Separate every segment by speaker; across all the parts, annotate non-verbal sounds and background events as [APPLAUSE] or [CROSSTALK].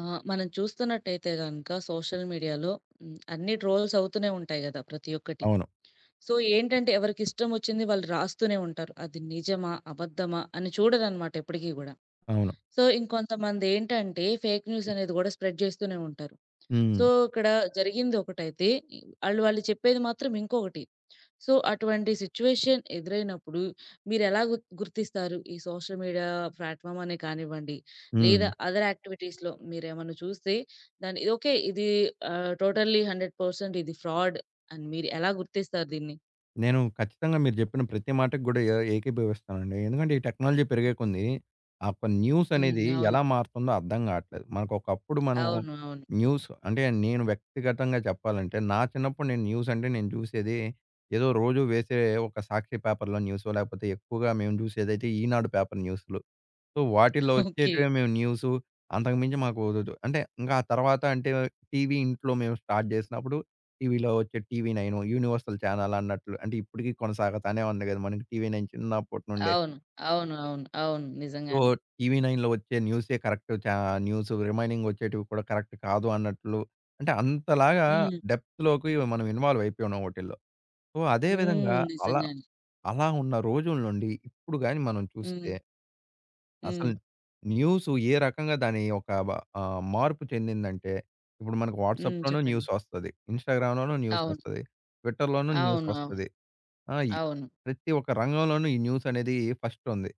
Speaker 1: ఆ! మనం చూస్తున్నట్టయితే గనక సోషల్ మీడియాలో హ్మ్, అన్ని ట్రోల్స్ అవుతూనే ఉంటాయి గదా! ప్రతి ఒక్కటి.
Speaker 2: అవును.
Speaker 1: సో, ఏంటంటే ఎవరికిష్టం వచ్చింది వాళ్ళు రాస్తూనే ఉంటారు. అది నిజమా? అబద్ధమా? అని చూడరనమాట ఎప్పటికి గూడా.
Speaker 2: అవును.
Speaker 1: సో, ఇంకొంతమందేంటంటే ఫేక్ న్యూస్ అనేది గూడా స్ప్రెడ్ చేస్తూనే ఉంటారు.
Speaker 2: హ్మ్.
Speaker 1: సో, ఇక్కడ జరిగింది ఒకటైతే, ఆళ్ళు వాళ్ళు వాళ్ళు చెప్పేది మాత్రం ఇంకొకటి. సో, అటువంటి సిట్యుయేషన్ ఎదురైనప్పుడు మీరెలా గుర్తిస్తారు? ఈ సోషల్ మీడియా ప్లాట్‌ఫార్మ్ అనే కానివ్వండి,
Speaker 2: హ్మ్.
Speaker 1: లేదా అదర్ యాక్టివిటీస్‌లో మీరేమన్నా చూస్తే దాన్ని ఓకే. ఇది టోటల్లీ 100% ఇది ఫ్రాడ్ అని మీరు ఎలా గుర్తిస్తారు దీన్ని?
Speaker 2: నేను ఖచ్చితంగా మీరు జెప్పిన ప్రతి మాటకి గూడా ఏకీభవిస్తానండి. ఎందుకంటే, ఈ టెక్నాలజీ పెరిగే కొంది ఒక న్యూస్ అనేది
Speaker 1: హ్మ్. అవును.
Speaker 2: ఎలా మారుతుందో అర్థం గాట్లేదు. మనకు ఒకప్పుడు మనం
Speaker 1: అవును. అవును.
Speaker 2: న్యూస్ అంటే, నేను వ్యక్తిగతంగా చెప్పాలంటే, నా చిన్నప్పుడు నేను న్యూస్ అంటే నేను జూసేది ఏదో రోజు వేసే ఒక సాక్షి పేపర్‌లో న్యూసో, లేకపోతే ఎక్కువగా మేము జూసేదైతే ఈనాడు పేపర్ న్యూస్‌లు. సో, వాటిల్లో
Speaker 1: ఓకే.
Speaker 2: వచ్చేటివే మేము న్యూసు. అంతకుమించి మాకు ఒదదు. అంటే ఇంకా ఆ తర్వాత అంటే టీవీ ఇంట్లో మేము స్టార్ట్ జేసినప్పుడు టీవీలో వచ్చే 'టీవీ నైను', 'యూనివర్సల్ ఛానెల్' అన్నట్లు అంటే ఇప్పటికి కొనసాగుతానే ఉంది గదా! మనకి 'టీవీ నైన్' చిన్నప్పటి నుండే.
Speaker 1: అవును. అవును. అవును. అవును.
Speaker 2: సో,
Speaker 1: నిజంగానే.
Speaker 2: 'టీవీ నైన్‌లో' వచ్చే న్యూసే కరెక్ట్ చా న్యూసు రిమైనింగ్ వచ్చేటివి కూడా కరెక్ట్ కాదు అన్నట్లు. అంటే అంతలాగా
Speaker 1: హ్మ్.
Speaker 2: డెప్త్‌లోకి మనం ఇన్వాల్వ్ అయిపోయాం ఓటిల్లో. సో, అదే విధంగా
Speaker 1: హ్మ్.
Speaker 2: అలా
Speaker 1: నిజంగానే.
Speaker 2: అలా ఉన్న రోజుల నుండి ఇప్పుడు గాని మనం
Speaker 1: హ్మ్.
Speaker 2: చూస్తే
Speaker 1: హ్మ్.
Speaker 2: అసలు న్యూస్ ఏ రకంగా దాని ఒక మార్పు చెందిందంటే, ఇప్పుడు మనకు
Speaker 1: హ్మ్.
Speaker 2: వాట్సాప్‌లోనూ
Speaker 1: చెప్పండి.
Speaker 2: న్యూస్ ఒస్తది. ఇన్‌స్టాగ్రామ్‌లోనూ న్యూస్
Speaker 1: అవును.
Speaker 2: ఒస్తది. ట్విట్టర్‌లోనూ న్యూస్
Speaker 1: అవును. అవును.
Speaker 2: ఒస్తది. ఆ! ఈ
Speaker 1: అవును.
Speaker 2: ప్రతి ఒక్క రంగంలోనూ ఈ న్యూస్ అనేది ఫస్ట్ ఉంది.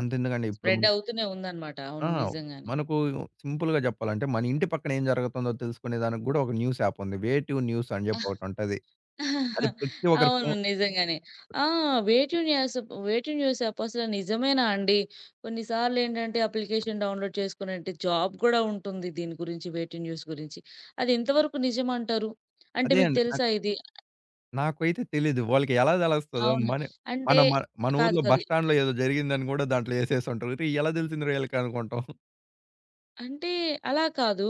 Speaker 2: అంతెందుకండి ఇప్పుడు
Speaker 1: స్ప్రెడ్
Speaker 2: మన
Speaker 1: అవుతూనే ఉందన్నమాట.
Speaker 2: ఆ!
Speaker 1: అవును. నిజంగానే.
Speaker 2: మనకు సింపుల్‌గా జెప్పాలంటే, మన ఇంటి పక్కన ఏం జరుగుతుందో తెలుసుకునే దానికి గూడా ఒక న్యూస్ యాప్ ఉంది. 'వే టు న్యూస్' అని జెప్పి ఒకటుంటది. అది
Speaker 1: [LAUGHS]
Speaker 2: ప్రతి ఒక్కరి
Speaker 1: అవును. నిజంగానే. ఆ! వేటిని యాసప్ వేటిని యూసప్ అసలు నిజమేనా అండి? కొన్ని సార్లేంటంటే అప్లికేషన్ డౌన్‌లోడ్ చేసుకునంటే జాబ్ గూడా ఉంటుంది దీని గురించి వేటింగ్ న్యూస్ గురించి. అది ఎంతవరకు నిజమంటారు? అంటే
Speaker 2: అదే
Speaker 1: మీకు
Speaker 2: అండి.
Speaker 1: తెలుసా ఇది?
Speaker 2: నాకైతే తెలీదు. వాళ్ళకి ఎలా తెలుస్తదో
Speaker 1: అవునా?
Speaker 2: మన
Speaker 1: అంటే
Speaker 2: మన మ మన
Speaker 1: కాదు.
Speaker 2: ఊర్లో
Speaker 1: కాదు.
Speaker 2: బస్ స్టాండ్‌లో ఏదో జరిగిందని గూడా దాంట్లో ఏసేసుంటారు. రేయ్! ఎలా తెలిసిందిరా ఈళ్ళకనుకుంటాం.
Speaker 1: అంటే అలా కాదు.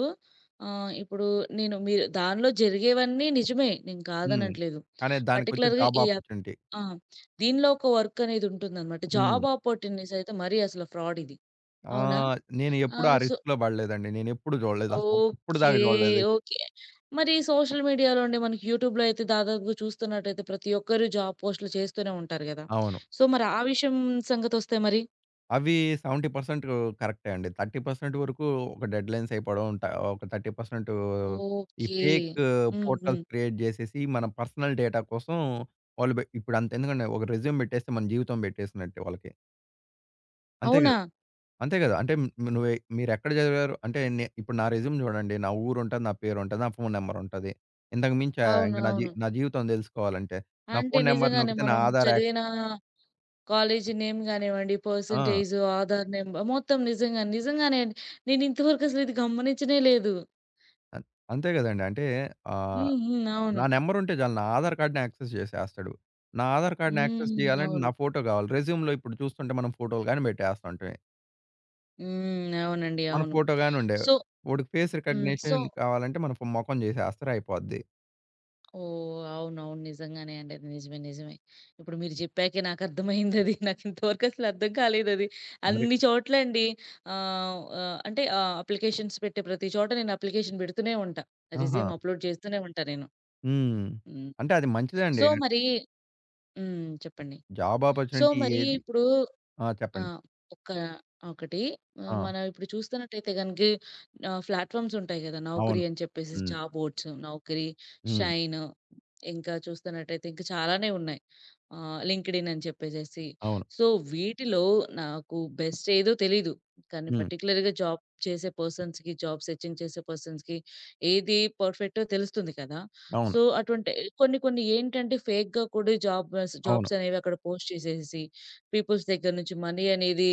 Speaker 1: ఇప్పుడు నేను మీరు దానిలో జరిగేవన్నీ నిజమే. నేను
Speaker 2: హ్మ్.
Speaker 1: కాదనట్లేదు.
Speaker 2: కానీ దానికొచ్చే
Speaker 1: పర్టిక్యులర్‌గా
Speaker 2: జాబ్
Speaker 1: ఈ
Speaker 2: ఆపర్చునిటీ.
Speaker 1: ఆ! దీనిలో ఒక వర్క్ అనేది ఉంటుందనమాట. జాబ్
Speaker 2: హ్మ్.
Speaker 1: ఆపర్చునిటీస్ అయితే మరీ అసలు ఫ్రాడ్ ఇది. అవునా?
Speaker 2: ఆహ్, నేను ఎప్పుడు ఆ
Speaker 1: సో
Speaker 2: రిస్క్‌లో పడలేదండి. నేనెప్పుడు జూడలేదు. అసలు ఇప్పుడు
Speaker 1: ఓకే.
Speaker 2: దాకా జూడలేదైతే.
Speaker 1: ఓకే. మరి సోషల్ మీడియాలో అండి మనకి యూట్యూబ్‌లో అయితే దాదాపుగా చూస్తున్నట్టయితే ప్రతి ఒక్కరు జాబ్ పోస్టులు చేస్తూనే ఉంటారు గదా!
Speaker 2: అవును.
Speaker 1: సో, మరి ఆ విషయం సంగతొస్తే మరి?
Speaker 2: అవి 70% కరెక్టే అండి. 30% వరకు ఒక డెడ్‌లైన్స్ అయిపోవడం, ట ఒక 30% ఈ
Speaker 1: ఓకే.
Speaker 2: ఫేక్
Speaker 1: హ్మ్. హ్మ్.
Speaker 2: పోర్టల్స్ క్రియేట్ జేసేసి, మన పర్సనల్ డేటా కోసం వాళ్ళు బె ఇప్పుడు అంత ఎందుకండి ఒక రెజ్యూమ్ బెట్టేస్తే మన జీవితం బెట్టేసినట్టే వాళ్ళకి. అంతే
Speaker 1: అవునా?
Speaker 2: గదా! అంతే గదా! అంటే నువ్వే మీరెక్కడ చదివారు అంటే ఇప్పుడు నా రెజ్యూమ్ జూడండి. నా ఊరుంటది, నా పేరుంటది, నా ఫోను నంబరుంటది. ఇంతకు మించి ఇంక
Speaker 1: అవునవును.
Speaker 2: నా జీవితం దెలుసుకోవాలంటే, నా
Speaker 1: అంటే
Speaker 2: ఫోను నంబర్
Speaker 1: నిజంగానే
Speaker 2: నొక్కితే నా
Speaker 1: మనం
Speaker 2: ఆధార్ యాక్
Speaker 1: చదివిన కాలేజీ నేమ్ గానివ్వండి,
Speaker 2: ఆ!
Speaker 1: పర్సెంటేజు, ఆధార్ నెంబర్ మొత్తం నిజంగా నిజంగానే అండి. నేను ఇంతవరకు అసలు ఇది గమనించనే లేదు.
Speaker 2: అన్ అంతే గదండీ. అంటే ఆహ్
Speaker 1: హ్మ్. హ్మ్. అవును.
Speaker 2: నా నంబరుంటే చాలు. నా ఆధార్ కార్డ్‌ని యాక్సెస్ చేసేస్తాడు. నా ఆధార్ కార్డ్‌ని యాక్సెస్
Speaker 1: హ్మ్.
Speaker 2: చేయాలంటే
Speaker 1: అవును.
Speaker 2: నా ఫోటో కావాలి. రెజ్యూమ్‌లో ఇప్పుడు చూస్తుంటే మనం ఫోటోలు గాని పెట్టేస్తుంటిమి.
Speaker 1: హ్మ్. అవునండి.
Speaker 2: మన
Speaker 1: అవును.
Speaker 2: ఫోటో గాని ఉండేవి.
Speaker 1: సో
Speaker 2: వాడికి ఫేస్
Speaker 1: హ్మ్. సో
Speaker 2: రికగ్నిషన్ కావాలంటే మన ఫ్ మొఖం చేసేస్తారు అయిపోద్ది.
Speaker 1: ఓహ్! అవునవును. నిజంగానే అండి. అది నిజమే. నిజమే. ఇప్పుడు మీరు జెప్పాకే నాకర్థమైందది. నాకింతవరకు [LAUGHS] అసలు అర్థం కాలేదది.
Speaker 2: మరి
Speaker 1: అన్ని చోట్లండి ఆహ్, ఆహ్, అంటే అప్లికేషన్స్ పెట్టే ప్రతి చోట నేను అప్లికేషన్ పెడుతూనే ఉంటా.
Speaker 2: ఆహా!
Speaker 1: రెజ్యూమ్ అప్‌లోడ్ చేస్తూనే ఉంటా నేను.
Speaker 2: హ్మ్.
Speaker 1: హ్మ్.
Speaker 2: అంటే అది మంచిదే
Speaker 1: సో
Speaker 2: అండి.
Speaker 1: మరి హ్మ్. చెప్పండి.
Speaker 2: జాబ్
Speaker 1: సో
Speaker 2: ఆపర్చునిటీ
Speaker 1: మరి
Speaker 2: ఏది
Speaker 1: ఇప్పుడు
Speaker 2: ఆ!
Speaker 1: ఆ!
Speaker 2: చెప్పండి.
Speaker 1: ఒక ఒకటి
Speaker 2: ఆ!
Speaker 1: మనం ఇప్పుడు చూస్తున్నట్టయితే గనుక ప్లాట్‌ఫార్మ్స్ ఉంటాయి గదా! నౌకరీ
Speaker 2: అవును.
Speaker 1: అని చెప్పేసి
Speaker 2: హ్మ్.
Speaker 1: జాబ్ బోర్డ్స్, నౌకరీ,
Speaker 2: హ్మ్.
Speaker 1: షైన్ ఇంకా చూస్తున్నట్టయితే ఇంకా చాలానే ఉన్నాయి. లింక్డ్ఇన్ అని చెప్పేసేసి.
Speaker 2: అవును.
Speaker 1: సో, వీటిలో నాకు బెస్ట్ ఏదో తెలీదు. కానీ
Speaker 2: హ్మ్.
Speaker 1: పర్టిక్యులర్‌గా జాబ్ చేసే పర్సన్స్‌కి, జాబ్ సెర్చింగ్ చేసే పర్సన్స్‌కి ఏది పర్ఫెక్టో తెలుస్తుంది కదా!
Speaker 2: అవును.
Speaker 1: సో, అటువంటి కొన్ని కొన్ని ఏంటంటే ఫేక్‌గా కూడా జాబ్
Speaker 2: అవును.
Speaker 1: జాబ్స్ అనేవి అక్కడ పోస్ట్ చేసేసేసి పీపుల్స్ దగ్గర నుంచి మనీ అనేది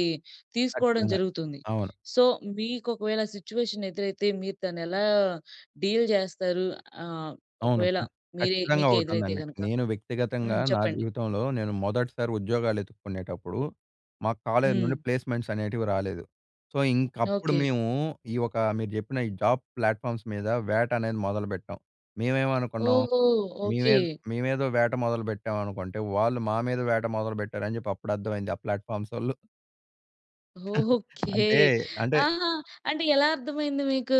Speaker 1: తీసుకోవడం
Speaker 2: ఖచ్చితంగా.
Speaker 1: జరుగుతుంది.
Speaker 2: అవును.
Speaker 1: సో, మీకొకవేళ సిట్యుయేషన్ ఎదురైతే మీరు దాన్నెలా డీల్ జేస్తారు? ఆహ్,
Speaker 2: అవును.
Speaker 1: ఒకవేళ
Speaker 2: ఖచ్
Speaker 1: మీరే
Speaker 2: ఖచ్చితంగా
Speaker 1: మీకే ఎదురైతే
Speaker 2: ఒకటుందండి.
Speaker 1: గనక?
Speaker 2: నేను వ్యక్తిగతంగా
Speaker 1: హ్మ్.
Speaker 2: నా
Speaker 1: చెప్పండి.
Speaker 2: జీవితంలో నేను మొదటిసారి ఉద్యోగాలు ఎతుక్కునేటప్పుడు, మా కాలేజీ
Speaker 1: హ్మ్.
Speaker 2: నుండి ప్లేస్‌మెంట్స్ అనేటివి రాలేదు. సో, ఇంకప్పుడు
Speaker 1: ఓకే.
Speaker 2: మేము ఈ ఒక మీరు జెప్పిన ఈ జాబ్ ప్లాట్‌ఫార్మ్స్ మీద వేట అనేది మొదలుబెట్టాం. మేమేమనుకున్నాం,
Speaker 1: ఓహో! ఓకే.
Speaker 2: మేమే మేమేదో వేట మొదలుబెట్టాం అనుకుంటే, వాళ్ళు మా మీద వేట మొదలుబెట్టారని జెప్పి అప్పుడు అర్థమైంది ఆ ప్లాట్‌ఫార్మ్సోళ్ళు.
Speaker 1: ఓకే.
Speaker 2: అంటే, అంటే,
Speaker 1: ఆహా! అంటే ఎలా అర్థమైంది మీకు?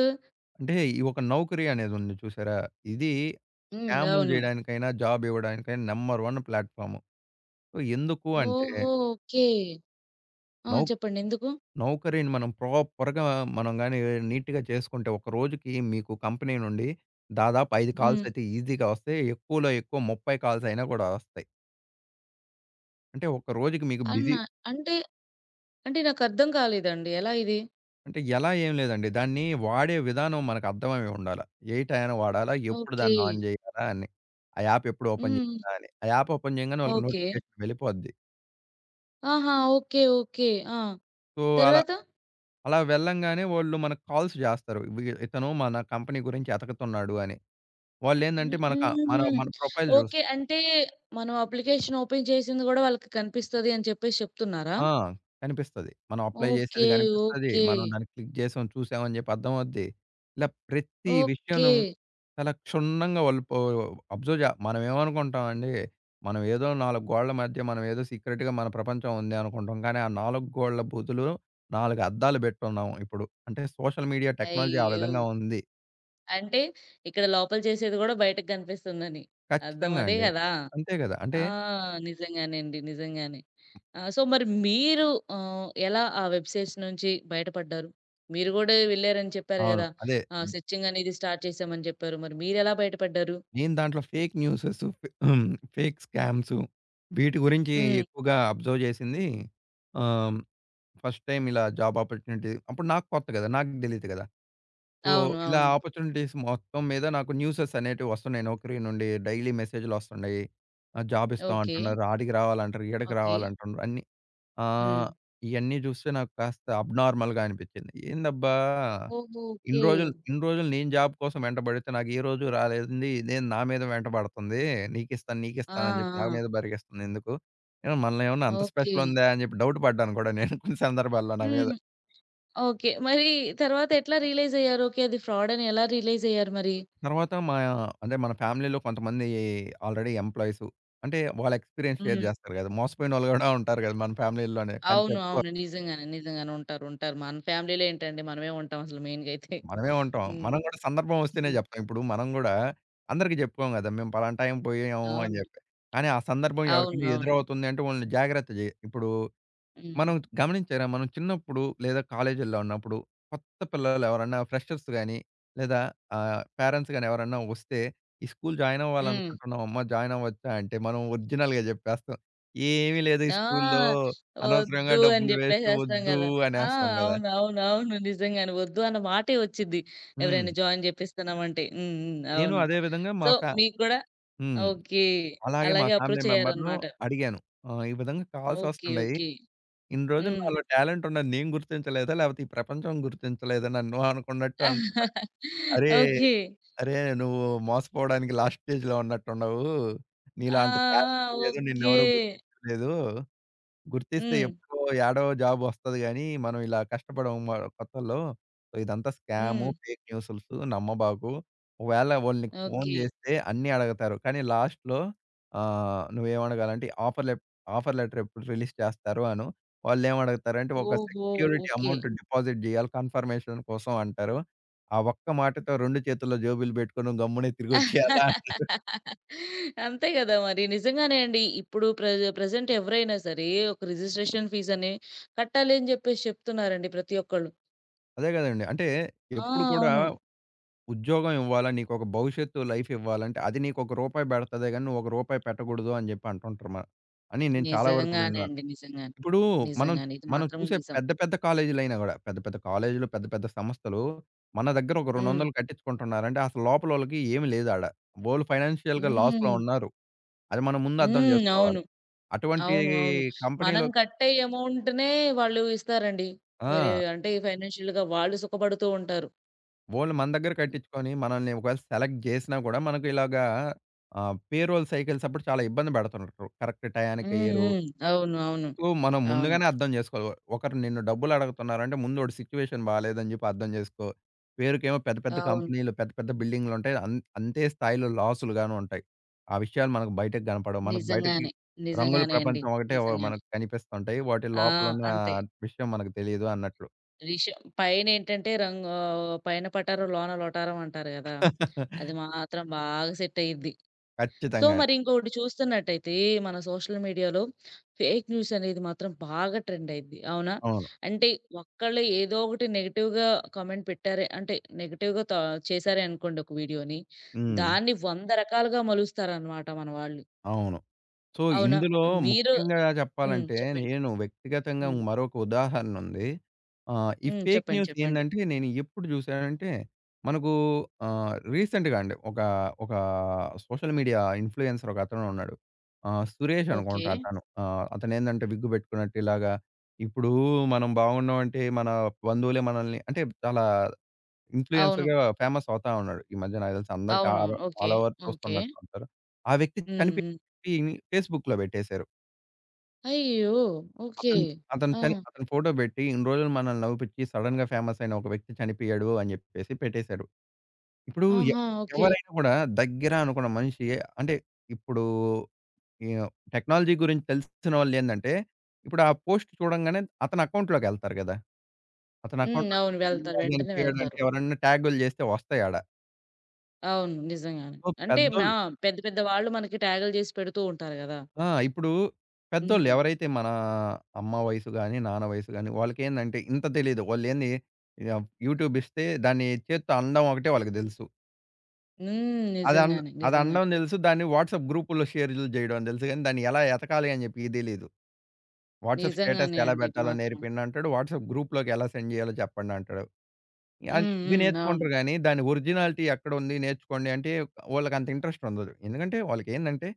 Speaker 2: అంటే ఈ ఒక నౌకరీ అనేది ఉంది చూసారా? ఇది
Speaker 1: హ్మ్.
Speaker 2: స్కాములు
Speaker 1: అవును.
Speaker 2: జేయడానికైనా, జాబ్ ఇవ్వడానికైనా నంబర్ 1 ప్లాట్‌ఫార్మ్. సో, ఎందుకు అంటే
Speaker 1: ఓహో! ఓకే. ఆ!
Speaker 2: నౌ
Speaker 1: చెప్పండి. ఎందుకు?
Speaker 2: నౌకరీని మనం ప్రాపర్‌గా మనం గాని నీట్‌గా చేసుకుంటే ఒక రోజుకి మీకు కంపెనీ నుండి దాదాపు 5
Speaker 1: హ్మ్.
Speaker 2: కాల్స్ అయితే ఈజీగా వస్తాయి. ఎక్కువలో ఎక్కువ 30 కాల్స్ అయినా కూడా వస్తాయి. అంటే ఒక రోజుకి మీకు బిజీ
Speaker 1: అవునా? అంటే అంటే నాకర్థం కాలేదండి. ఎలా ఇది?
Speaker 2: అంటే ఎలా ఏం లేదండి. దాన్ని వాడే విధానం మనకు అర్థమై ఉండాల. ఏ టైన వాడాలా? ఎప్పుడు
Speaker 1: ఓకే.
Speaker 2: దాన్ని ఆన్ చేయాలా అని. ఆ యాప్ ఎప్పుడు ఓపెన్
Speaker 1: హ్మ్.
Speaker 2: చేయాలా అని. ఆ యాప్ ఓపెన్ చేయంగానే వాళ్ళకి
Speaker 1: ఓకే.
Speaker 2: నోటిఫికేషన్ వెళ్ళిపోద్ది.
Speaker 1: ఆహా! ఓకే. ఓకే. ఆ!
Speaker 2: సో, అలా
Speaker 1: తరువాత?
Speaker 2: అలా వెళ్ళంగానే వాళ్ళు మనకు కాల్స్ చేస్తారు. ఇతను మన కంపెనీ గురించి ఎతకుతున్నాడు అని. వాళ్ళేందంటే
Speaker 1: హ్మ్.
Speaker 2: మనక మన
Speaker 1: హుహు.
Speaker 2: మన ప్రొఫైల్
Speaker 1: ఓకే.
Speaker 2: జూస్తారు.
Speaker 1: అంటే మనం అప్లికేషన్ ఓపెన్ చేసింది గూడా వాళ్ళకి కనిపిస్తది అని చెప్పేసి చెప్తున్నారా?
Speaker 2: ఆ! కనిపిస్తది. మనం అప్లై చేసేది
Speaker 1: ఓకే.
Speaker 2: గనిపిస్తది.
Speaker 1: ఓకే.
Speaker 2: మనం దాన్ని క్లిక్ చేసాం, చూసాం అని చెప్పి అర్థమవుద్ది. ఇలా ప్రతి
Speaker 1: ఓకే.
Speaker 2: విషయను చాలా క్షుణ్ణంగా వాళ్ళు అబ్జర్వ్ మనం ఏమనుకుంటామండి, మనం ఏదో 4 గోడల మధ్య మనం ఏదో సీక్రెట్‌గా మన ప్రపంచం ఉంది అనుకుంటాం. కానీ ఆ 4 గోడల బూతులు 4 అద్దాలు పెట్టున్నాం ఇప్పుడు. అంటే సోషల్ మీడియా టెక్నాలజీ ఆ
Speaker 1: అయ్యో!
Speaker 2: విధంగా ఉంది.
Speaker 1: అంటే ఇక్కడ లోపల చేసేది గూడా బయటకి కనిపిస్తుందని. అర్థం
Speaker 2: ఖచ్చితంగా
Speaker 1: అదే
Speaker 2: అండి.
Speaker 1: గదా!
Speaker 2: అంతే గదా! అంటే
Speaker 1: ఆ! నిజంగానే అండి. నిజంగానే. ఆ! సో, మరి మీరు ఎలా ఆ వెబ్ సైట్స్ నుంచి బయటపడ్డారు? మీరు గూడా వెళ్లారని చెప్పారు
Speaker 2: అవును.
Speaker 1: గదా!
Speaker 2: అదే
Speaker 1: సెర్చింగ్ అనేది స్టార్ట్ చేశామని చెప్పారు. మరి మీరెలా బయటపడ్డారు?
Speaker 2: నేను దాంట్లో ఫేక్ న్యూసెస్, ఫేక్ స్కామ్స్ వీటి గురించి
Speaker 1: హ్మ్.
Speaker 2: ఎక్కువగా అబ్జర్వ్ చేసింది. ఆహ్, ఫస్ట్ టైమ్ ఇలా జాబ్ ఆపర్చునిటీ అప్పుడు నాకు కొత్త కదా! నాకు తెలీదు కదా! సో,
Speaker 1: అవును.
Speaker 2: ఇలా
Speaker 1: అవును.
Speaker 2: ఆపర్చునిటీస్ మొత్తం మీద నాకు న్యూసెస్ అనేటివి వస్తున్నాయి. నౌకరీ నుండి డైలీ మెసేజ్‌లు వస్తున్నాయి. జాబ్ ఇస్తాం
Speaker 1: ఓకే.
Speaker 2: అంటున్నారు. ఆడికి రావాలంటారు. ఈడకి
Speaker 1: ఓకే.
Speaker 2: రావాలంటున్నారు.
Speaker 1: హ్మ్.
Speaker 2: ఆహ్, ఇయన్నీ చూస్తే నాకు కాస్త అబ్‌నార్మల్‌గా అనిపించింది. ఏందబ్బా!
Speaker 1: ఓహో! ఓకే.
Speaker 2: ఇన్ని రోజులు నేను జాబ్ కోసం వెంటబడితే నాకు ఏ రోజు రాలేదండి. ఇదేంది నా మీద వెంటబడుతుంది. నీకిస్తాను,
Speaker 1: ఆ!
Speaker 2: నీకిస్తాను అని చెప్పి నా మీద
Speaker 1: ఆ!
Speaker 2: బరిగేస్తుంది ఎందుకు? ఏమో మనలో ఏమన్నా అంత
Speaker 1: ఓకే.
Speaker 2: స్పెషల్ ఉందా? అని చెప్పి డౌట్ పడ్డాను కూడా నేను కొన్ని సందర్భాల్లో నా మీద.
Speaker 1: హ్మ్. ఓకే. మరి తర్వాత ఎట్లా రియలైజ్ అయ్యారు? ఓకే. అది ఫ్రాడ్ అని ఎలా రియలైజ్ అయ్యారు మరి?
Speaker 2: తర్వాత మా అంటే మన ఫ్యామిలీలో కొంతమంది ఆల్రెడీ ఎంప్లాయీస్ అంటే వాళ్ళ ఎక్స్‌పీరియన్స్ షేర్
Speaker 1: హ్మ్.
Speaker 2: చేస్తారు కదా! మోసపోయినోళ్ళు కూడా ఉంటారు కదా! మన ఫ్యామిలీ‌ల్లోనే కానీ
Speaker 1: అవును. అవును. నిజంగానే. నిజంగానే. ఉంటారు. ఉంటారు. మన ఫ్యామిలీలో ఏంటండి మనమే ఉంటాం అసలు మెయిన్‌గా అయితే.
Speaker 2: మనమే ఉంటాం.
Speaker 1: హ్మ్.
Speaker 2: మనం గూడా సందర్భం వస్తేనే
Speaker 1: హ్మ్.
Speaker 2: జెప్తాం. ఇప్పుడు మనం గూడా అందరికి జెప్పుకోం గదా! మేము పలానా టైం పోయాము అని
Speaker 1: అవును.
Speaker 2: జెప్పి. కానీ ఆ సందర్భం
Speaker 1: అవును.
Speaker 2: ఎవరికైనా
Speaker 1: అవును.
Speaker 2: ఎదురవుతుంది అంటే వాళ్ళని జాగ్రత్త జే ఇప్పుడు
Speaker 1: హ్మ్.
Speaker 2: మనం గమనించారా? మనం చిన్నప్పుడు లేదా కాలేజీల్లో ఉన్నప్పుడు కొత్త పిల్లలు ఎవరన్నా ఫ్రెషర్స్ గాని, లేదా పేరెంట్స్ గాని ఎవరన్నా వస్తే, "ఈ స్కూల్ జాయిన్
Speaker 1: హ్మ్.
Speaker 2: అవ్వాలనుకుంటున్నాం అమ్మ. జాయిన్ అవ్వచ్చా?" అంటే మనం ఒరిజినల్‌గా జెప్పేస్తాం. "ఏమీ లేదు ఈ స్కూల్‌లో.
Speaker 1: ఆ!
Speaker 2: అనవసరంగా
Speaker 1: వద్దు అని
Speaker 2: డబ్బులు వేస్ట్.
Speaker 1: జెప్పేసేస్తాం
Speaker 2: వద్దు"
Speaker 1: గదా! ఆ!
Speaker 2: అనేస్తాం గదా!
Speaker 1: అవును. అవును. అవును. నిజంగానే వద్దు అన్న మాటే వచ్చిద్ది.
Speaker 2: హ్మ్.
Speaker 1: ఎవరైనా జాయిన్ జేపిస్తున్నామంటే. హ్మ్. హ్మ్.
Speaker 2: నేను
Speaker 1: అవును.
Speaker 2: అదే విధంగా మా
Speaker 1: సో,
Speaker 2: ఫ్యా
Speaker 1: మీకు గూడా
Speaker 2: హ్మ్.
Speaker 1: ఓకే.
Speaker 2: అలాగే మా
Speaker 1: అలాగే
Speaker 2: ఫ్యామిలీ
Speaker 1: అప్రోచ్
Speaker 2: మెంబర్‌ను
Speaker 1: అయ్యారన్నమాట.
Speaker 2: అడిగాను. ఈ విధంగా కాల్స్
Speaker 1: ఓకే.
Speaker 2: వస్తున్నాయి.
Speaker 1: ఓకే.
Speaker 2: ఇన్ని రోజులు
Speaker 1: హ్మ్.
Speaker 2: నాలో టాలెంట్ ఉన్నది నేను గుర్తించలేదా? లేపోతే ఈ ప్రపంచం గుర్తించలేదా నన్ను అనుకున్నట్టు
Speaker 1: [LAUGHS]
Speaker 2: అరే!
Speaker 1: ఓకే.
Speaker 2: అరే! నువ్వు మోసపోవడానికి లాస్ట్ స్టేజ్‌లో ఉన్నట్టున్నావు.
Speaker 1: ఆ!
Speaker 2: నీలాంటి
Speaker 1: ఆ!
Speaker 2: టాలెంట్ లేదు.
Speaker 1: ఓకే.
Speaker 2: నిన్నెవరు గుర్తించలేదు. గుర్తిస్తే
Speaker 1: హ్మ్.
Speaker 2: ఎప్పుడో యాడో జాబ్ వస్తది గానీ, మనం ఇలా కష్టపడము కొత్తల్లో. సో, ఇదంతా స్కాము,
Speaker 1: హ్మ్.
Speaker 2: ఫేక్ న్యూసుల్సు నమ్మబాకు. ఒకవేళ ఓళ్ళకి ఫోను
Speaker 1: ఓకే.
Speaker 2: జేస్తే అన్నీ అడగతారు. కానీ లాస్ట్‌లో ఆహ్, నువ్వేమడగాలంటే ఆఫర్ లెప్ ఆఫర్ లెటర్ ఎప్పుడు రిలీజ్ చేస్తారు అను. వాళ్ళేమడుగుతారంటే ఒక
Speaker 1: ఓహో!
Speaker 2: Security
Speaker 1: okay.
Speaker 2: అమౌంట్ డిపాజిట్ జేయాలి కన్ఫర్మేషన్ కోసం అంటారు. ఆ ఒక్క మాటతో 2 చేతుల్లో జేబులు బెట్టుకొని గమ్మునే తిరిగొచ్చేయాలా అంటారు.
Speaker 1: అంతే గదా! మరి. నిజంగానే అండి. ఇప్పుడు ప్రెజెంట్ ఎవరైనా సరే ఒక రిజిస్ట్రేషన్ ఫీజ్ అని కట్టాలి అని జెప్పేసి చెప్తున్నారండి ప్రతి ఒక్కళ్ళు.
Speaker 2: అదే గదండీ. అంటే
Speaker 1: ఆ!
Speaker 2: ఎప్పుడు కూడా
Speaker 1: అవును.
Speaker 2: ఉద్యోగం ఇవ్వాలా, నీకొక భవిష్యత్తు లైఫ్ ఇవ్వాలంటే, అది నీకొక రూపాయి బెడతదే గానీ, నువ్వు ఒక రూపాయి పెట్టకూడదు అని జెప్పి అంటుంటారు అని నేను చాలా వరకు
Speaker 1: నిజంగానే
Speaker 2: విన్నాను.
Speaker 1: అండి. నిజంగానే.
Speaker 2: ఇప్పుడు మనం,
Speaker 1: నిజంగానే. ఇది
Speaker 2: మనం
Speaker 1: మాత్రం
Speaker 2: చూసే
Speaker 1: నిజం.
Speaker 2: పెద్ద, పెద్ద కాలేజీలైనా గూడా, పెద్ద, పెద్ద కాలేజీలు, పెద్ద, పెద్ద సంస్థలు మన దగ్గర ఒక
Speaker 1: హ్మ్.
Speaker 2: 200 కట్టించుకుంటున్నారంటే, అసలు లోపలోళ్ళకి ఏమి లేదు ఆడ. వోళ్ళు ఫైనాన్షియల్‌గా లాస్‌లో
Speaker 1: హ్మ్.
Speaker 2: ఉన్నారు. అది మనం ముందు అర్థం
Speaker 1: హ్మ్.
Speaker 2: జేసుకోవాలి.
Speaker 1: అవును.
Speaker 2: అటువంటి
Speaker 1: అవును. అవును. మనం
Speaker 2: కంపెనీలో
Speaker 1: కట్టే అమౌంట్‌నే వాళ్ళు ఇస్తారండి. వేరే
Speaker 2: ఆ!
Speaker 1: అంటే ఫైనాన్షియల్‌గా వాళ్ళు సుఖపడుతూ ఉంటారు.
Speaker 2: వోళ్ళు మన దగ్గర
Speaker 1: హ్మ్.
Speaker 2: కట్టించుకొని, మనల్ని ఒకవేళ సెలెక్ట్ జేసినా గూడా, మనకు ఇలాగా పేరోల్ సైకిల్స్ అప్పుడు చాలా ఇబ్బంది బెడుతుండ్రు. కరెక్ట్ టయానికెయ్యరు.
Speaker 1: హ్మ్. అవును. అవును.
Speaker 2: సో, మనం
Speaker 1: అవును.
Speaker 2: ముందుగానే అర్థం జేసుకోవాలి. ఒకరు నిన్ను డబ్బులడుగుతున్నారంటే, ముందు ఓడి సిట్యుయేషన్ బాలేదని జెప్పి అర్థం జేసుకో. పేరుకేమో పెద్ద పెద్ద
Speaker 1: అవును.
Speaker 2: కంపెనీలు, పెద్ద పెద్ద బిల్డింగులుంటాయి. అంతే స్థాయిలో లాసులు గాను ఉంటాయి. ఆ విషయాలు మనకు బయటకి గనపడవు. మనకు బయటకి
Speaker 1: నిజంగానే.
Speaker 2: రంగుల
Speaker 1: నిజంగానే అండి.
Speaker 2: ప్రపంచం ఒకటే వ
Speaker 1: నిజంగానే.
Speaker 2: మనకు కనిపిస్తుంటాయి. వాటి
Speaker 1: ఆ!
Speaker 2: లోపలున్న
Speaker 1: అంతే.
Speaker 2: విషయం మనకు తెలీదు అన్నట్లు.
Speaker 1: రిష పైనేంటంటే రంగు పైన పటారం లోన లొటారం అంటారు గదా! అది
Speaker 2: [LAUGHS]
Speaker 1: మాత్రం బాగా సెట్ అయ్యిద్ది. సో,
Speaker 2: ఖచ్చితంగా అండి.
Speaker 1: మరి ఇంకొకటి చూస్తున్నట్టయితే మన సోషల్ మీడియాలో ఫేక్ న్యూస్ అనేది మాత్రం బాగా ట్రెండ్ అయ్యిద్ది. అవునా?
Speaker 2: అవును.
Speaker 1: అంటే ఒక్కళ్ళు ఏదో ఒకటి నెగెటివ్‌గా కామెంట్ పెట్టారే అంటే నెగెటివ్‌గా త చేశారే అనుకోండి ఒక వీడియోని.
Speaker 2: హ్మ్.
Speaker 1: దాన్ని 100 రకాలుగా మలుస్తారనమాట మన వాళ్ళు.
Speaker 2: అవును. సో,
Speaker 1: అవునా?
Speaker 2: ఇందులో
Speaker 1: మీరు
Speaker 2: ముఖ్యంగా
Speaker 1: హ్మ్.
Speaker 2: చెప్పాలంటే,
Speaker 1: చెప్పండి.
Speaker 2: నేను వ్యక్తిగతంగా
Speaker 1: హ్మ్.
Speaker 2: మరొక ఉదాహరణ ఉంది. ఈ
Speaker 1: హ్మ్.
Speaker 2: ఫేక్
Speaker 1: చెప్పండి.
Speaker 2: న్యూస్
Speaker 1: చెప్పండి.
Speaker 2: ఏందంటే, నేను ఎప్పుడు జూసానంటే, మనకు రీసెంట్‌గా అండి. ఒక సోషల్ మీడియా ఇన్‌ఫ్లుయెన్సర్ ఒకతను ఉన్నాడు. సురేష్
Speaker 1: ఓకే.
Speaker 2: అనుకుంటా అతను. అతనేందంటే విగ్గు బెట్టుకున్నట్టు ఇలాగా, ఇప్పుడు మనం బాగున్నామంటే, మన బంధువులే మనల్ని అంటే చాలా
Speaker 1: అవును.
Speaker 2: ఇన్‌ఫ్లుయెన్సర్‌గా ఫేమస్ అవుతా ఉన్నాడు. ఈ మధ్య నాకు తెలిసి అందరికి
Speaker 1: అవునవును. ఓకే.
Speaker 2: All over
Speaker 1: okay.
Speaker 2: చూస్తున్నట్లుంటారు. ఆ వ్యక్తి
Speaker 1: హ్మ్.
Speaker 2: చనిపోయి
Speaker 1: హ్మ్.
Speaker 2: ఫేస్‌బుక్‌లో పెట్టేశారు.
Speaker 1: అయ్యో! ఓకే.
Speaker 2: అతను అతను
Speaker 1: ఆ!
Speaker 2: చని అతని ఫోటో పెట్టి ఇన్ని రోజులు మనల్ని నవ్వుపిచ్చి సడెన్‌గా ఫేమస్ అయిన ఒక వ్యక్తి చనిపోయాడు అని చెప్పేసి పెట్టేశాడు. ఇప్పుడు ఎ
Speaker 1: ఆహా! ఓకే.
Speaker 2: ఎవరైనా కూడా దగ్గర అనుకున్న మనిషి అంటే ఇప్పుడు ఈ టెక్నాలజీ గురించి తెలిసిన వాళ్ళేందంటే, ఇప్పుడు ఆ పోస్ట్ చూడంగానే అతని అకౌంట్‌లోకెళ్తారు కదా! అతని
Speaker 1: హ్మ్.
Speaker 2: అకౌంట్‌లోకెళ్ళి
Speaker 1: అవును. వెళ్తారు. వెంటనే
Speaker 2: చనిపోయాడంటే
Speaker 1: వెళ్తారు.
Speaker 2: ఎవరన్నా ట్యాగులు చేస్తే వస్తాయి ఆడ.
Speaker 1: అవును. నిజంగానే.
Speaker 2: సో
Speaker 1: అంటే మా
Speaker 2: పెద్దోళ్ళు
Speaker 1: పెద్ద పెద్ద వాళ్ళు మనకి ట్యాగులు చేసి పెడుతూ ఉంటారు గదా!
Speaker 2: ఆ! ఇప్పుడు పెద్దోళ్ళు
Speaker 1: హ్మ్.
Speaker 2: ఎవరైతే మన అమ్మ వయసు గాని, నాన్న వయసు గాని వాళ్ళకేందంటే ఇంత తెలీదు. వాళ్ళేంది యూట్యూబ్ ఇస్తే దాన్ని చేత్తో అనడం ఒకటే వాళ్ళకి తెలుసు.
Speaker 1: హ్మ్.
Speaker 2: అది అన్
Speaker 1: నిజంగానే.
Speaker 2: అది
Speaker 1: నిజంగానే.
Speaker 2: అనడం తెలుసు. దాన్ని వాట్సాప్ గ్రూపుల్లో షేర్లు చేయడం అని తెలుసు గానీ దాన్ని ఎలా ఎతకాలి అని చెప్పి తెలీదు. వాట్సాప్ స్టేటస్
Speaker 1: నిజంగానే
Speaker 2: ఎలా
Speaker 1: అండి ఇది
Speaker 2: పెట్టాలో
Speaker 1: మాత్రం.
Speaker 2: నేర్పియండంటాడు. వాట్సాప్ గ్రూప్‌లోకి ఎలా సెండ్ చేయాలో చెప్పండంటాడు.
Speaker 1: హ్మ్.
Speaker 2: ఇవి
Speaker 1: హ్మ్. అవును.
Speaker 2: నేర్చుకుంటారు గానీ, దాని ఒరిజినాలిటీ ఎక్కడుంది నేర్చుకోండి అంటే, వాళ్ళకంత ఇంట్రెస్ట్ ఉండదు. ఎందుకంటే, వాళ్ళకేందంటే,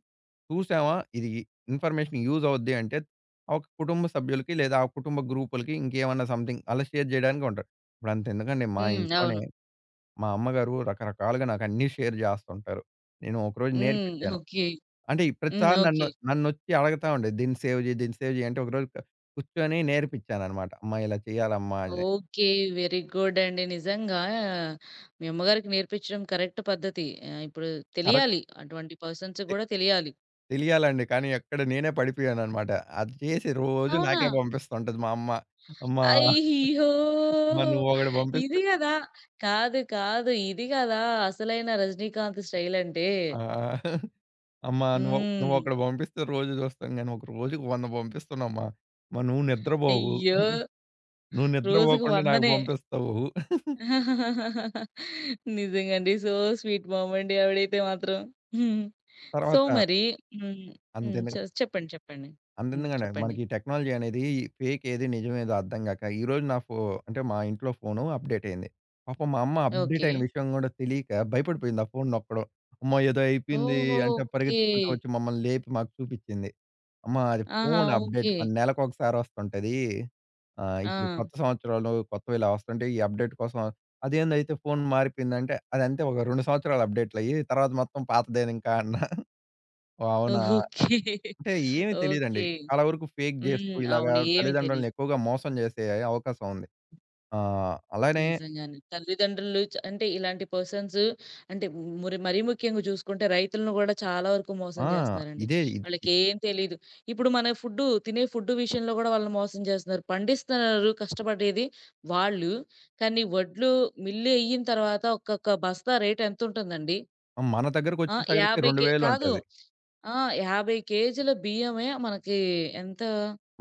Speaker 2: చూసామా ఇది ఇన్ఫర్మేషన్ యూజ్ అవుద్ది అంటే, ఆ ఒక కుటుంబ సభ్యులకి లేదా ఆ కుటుంబ గ్రూపులకి ఇంకేమన్నా సంథింగ్ అలా షేర్ జేయడానికి ఉంటారు. ఇప్పుడంతెందుకండి మా
Speaker 1: హ్మ్.
Speaker 2: ఇంట్లోనే
Speaker 1: అవును.
Speaker 2: మా అమ్మగారు రకరకాలుగా నాకన్నీ షేర్ జేస్తుంటారు. నేను ఒకరోజు
Speaker 1: హ్మ్.
Speaker 2: నేర్పిచ్చాను.
Speaker 1: ఓకే.
Speaker 2: అంటే ఈ
Speaker 1: హ్మ్.
Speaker 2: ప్రతిసారి
Speaker 1: ఓకే.
Speaker 2: నన్నొచ్చి అడగతా ఉండేది. దీన్ని సేవ్ జెయి, దీన్ని సేవ్ జెయి అంటే ఒకరోజు కూర్చొని నేర్పిచ్చాననమాట. అమ్మా ఇలా చేయాలమ్మా అని.
Speaker 1: ఓకే. వెరీ గుడ్ అండి. నిజంగా మీ అమ్మగారికి నేర్పించడం కరెక్ట్ పద్ధతి. ఇప్పుడు
Speaker 2: కరెక్ట్
Speaker 1: తెలియాలి. అటువంటి పర్సన్స్ గూడా తెలియాలి.
Speaker 2: తెలియాలండి. కానీ ఎక్కడ నేనే పడిపోయాననమాట. అది చేసి రోజు
Speaker 1: అవునా?
Speaker 2: నాకే పంపిస్తుంటది మా అమ్మ. అమ్మా!
Speaker 1: అయ్యో!
Speaker 2: అమ్మా! నువ్వొకటి
Speaker 1: ఇది
Speaker 2: పంపిస్తే
Speaker 1: గదా! కాదు. కాదు. ఇది గదా! అసలైన 'రజనీకాంత్' స్టైల్ అంటే.
Speaker 2: ఆ! అమ్మా!
Speaker 1: హ్మ్.
Speaker 2: నువ్వొకటి పంపిస్తే రోజు చూస్తాం గానీ, ఒక రోజుకి 100 పంపిస్తున్నామ్మా. అమ్మా! నువ్వు నిద్రపోవు.
Speaker 1: అయ్యో!
Speaker 2: నువ్వు
Speaker 1: రోజుకి
Speaker 2: నిద్రపోకుండా నాకు
Speaker 1: 100నే.
Speaker 2: పంపిస్తావు.
Speaker 1: నిజంగండి. సో స్వీట్ మామ్ అండి ఆవిడైతే మాత్రం. హ్మ్. సో
Speaker 2: తర్వాత
Speaker 1: మరి హ్మ్. హ్మ్.
Speaker 2: అంతే
Speaker 1: చెప్పండి. చెప్పండి. హ్మ్.
Speaker 2: అంతెందుకండి.
Speaker 1: చెప్పండి.
Speaker 2: మనకి ఈ టెక్నాలజీ అనేది ఫేక్ ఏది, నిజమేదో అర్థం గాక ఈరోజు నా ఫో అంటే మా ఇంట్లో ఫోను అప్‌డేట్ అయింది. పాపం మా అమ్మ అప్‌డేట్
Speaker 1: ఓకే.
Speaker 2: అయిన విషయం గూడా తెలియక భయపడిపోయింది ఆ ఫోను నొక్కడం. అమ్మో! ఏదో అయిపోయింది
Speaker 1: ఓహో!
Speaker 2: అంటే
Speaker 1: ఓకే.
Speaker 2: పరిగెత్తుకుంటూ వచ్చి మమ్మల్ని లేపి మాకు చూపిచ్చింది. అమ్మ అది
Speaker 1: ఆహా!
Speaker 2: Phone update
Speaker 1: okay.
Speaker 2: మన నెలకొకసారి వస్తుంటది.
Speaker 1: ఆ!
Speaker 2: ఇప్పుడు కొత్త సంవత్సరాలు కొత్తవి ఇలా వస్తుంటాయి. ఈ అప్‌డేట్ కోసం అదేందయితే ఫోను మారిపోయిందంటే, అదంతే ఒక 2 సంవత్సరాలు అప్‌డేట్‌లయ్యి తర్వాత మొత్తం పాతదేనింకా అన్నా. ఓహ్! అవునా!
Speaker 1: ఓకే.
Speaker 2: అంటే ఏమి తెలీదండి.
Speaker 1: ఓకే.
Speaker 2: చాలా వరకు ఫేక్ జేస్తూ
Speaker 1: హ్మ్.
Speaker 2: ఇలాగా
Speaker 1: అవును. ఏమి
Speaker 2: తల్లిదండ్రుల్ని
Speaker 1: తెలీదు.
Speaker 2: ఎక్కువగా మోసం జేసే అవకాశం ఉంది. ఆహ్, అలానే
Speaker 1: నిజంగానే. తల్లిదండ్రులు చ అంటే ఇలాంటి పర్సన్స్ అంటే మరీ ముఖ్యంగా చూసుకుంటే రైతులను గూడా చాలా వరకు మోసం
Speaker 2: ఆ!
Speaker 1: జేస్తున్నారండి.
Speaker 2: ఇదే ఇది ఇ
Speaker 1: వాళ్ళకేం తెలీదు. ఇప్పుడు మన ఫుడ్డు తినే ఫుడ్డు విషయంలో గూడా వాళ్ళని మోసం జేస్తున్నారు. పండిస్తున్నారు కష్టపడేది వాళ్ళు. కానీ వడ్లు మిల్లు ఎయ్యిన తర్వాత ఒక్కొక్క బస్తా రేట్ ఎంతుంటుందండి?
Speaker 2: మన
Speaker 1: ఆ!
Speaker 2: దగ్గరకొచ్చేసరికి
Speaker 1: 50 కే
Speaker 2: 2,000
Speaker 1: కాదు.
Speaker 2: ఉంటది.
Speaker 1: ఆ! 50 కేజీల బియ్యమే మనకి ఎంత,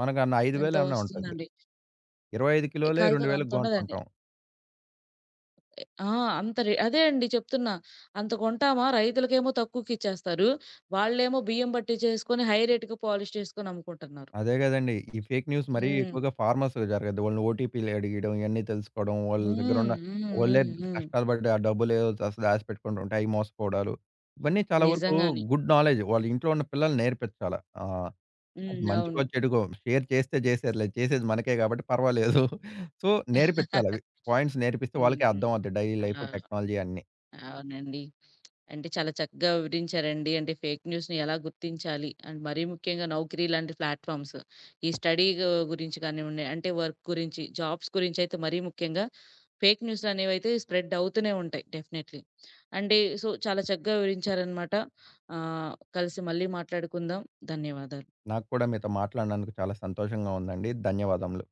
Speaker 2: మనకన్నా 5,000
Speaker 1: ఎంతో
Speaker 2: అన్నా ఉంటది.
Speaker 1: వస్తుందండి.
Speaker 2: 25
Speaker 1: ఏ,
Speaker 2: కిలోలే
Speaker 1: కాదు కాదు
Speaker 2: 2,000కి
Speaker 1: అంతుండదండి.
Speaker 2: కొంటుంటాం.
Speaker 1: ఆ! అంత రే అదే అండి చెప్తున్నా. అంత కొంటామా రైతులకేమో తక్కువకిచ్చేస్తారు. వాళ్ళేమో బియ్యం పట్టిచ్చేసుకొని హై రేట్‌కి పాలిష్ చేసుకొని అమ్ముకుంటున్నారు.
Speaker 2: అదే గదండీ! ఈ ఫేక్ న్యూస్ మరీ
Speaker 1: హ్మ్.
Speaker 2: ఎక్కువగా ఫార్మర్స్‌కి జరగద్ది. వాళ్ళని ఓటీపీలు అడిగడం, ఇయన్నీ తెలుసుకోవడం, వాళ్ళ
Speaker 1: హ్మ్.
Speaker 2: దగ్గరున్న
Speaker 1: హ్మ్.
Speaker 2: వాళ్ళే
Speaker 1: హ్మ్. హ్మ్.
Speaker 2: కష్టాలు పడి ఆ డబ్బులేదో దాసి దాసిపెట్టుకుంటుంటే అయి మోసపోవడాలు. ఇవన్నీ చాలా వరకు
Speaker 1: నిజంగానే.
Speaker 2: గుడ్ నాలెడ్జ్ వాళ్ళ ఇంట్లో ఉన్న పిల్లల్ని నేర్పించాల. ఆ! అది
Speaker 1: హ్మ్. అవును.
Speaker 2: మంచికో, చెడుకో షేర్ చేస్తే చేశారులే. చేసేది మనకే కాబట్టి పర్వాలేదు. సో,
Speaker 1: [LAUGHS]
Speaker 2: నేర్పించాలవి. పాయింట్స్ నేర్పిస్తే
Speaker 1: హ్మ్.
Speaker 2: వాళ్ళకే
Speaker 1: హ్మ్.
Speaker 2: అర్థమవుద్ది. డైలీ లైఫ్,
Speaker 1: ఆ!
Speaker 2: టెక్నాలజీ అన్నీ.
Speaker 1: అవునండి. అంటే చాలా చక్కగా వివరించారండి. అంటే ఫేక్ న్యూస్‌ని ఎలా గుర్తించాలి? అండ్ మరీ ముఖ్యంగా నౌకరీ లాంటి ప్లాట్‌ఫామ్స్ ఈ స్టడీ గురించి కానివ్వండి, అంటే వర్క్ గురించి, జాబ్స్ గురించి అయితే మరీ ముఖ్యంగా ఫేక్ న్యూస్‌లు అనేవైతే స్ప్రెడ్ అవుతూనే ఉంటాయి డెఫినెట్‌లీ. అంటే సో, చాలా చక్కగా వివరించారనమాట. ఆహ్, కలిసి మళ్ళీ మాట్లాడుకుందాం. ధన్యవాదాలు.
Speaker 2: నాకు కూడా మీతో మాట్లాడినందుకు చాలా సంతోషంగా ఉందండి. ధన్యవాదములు.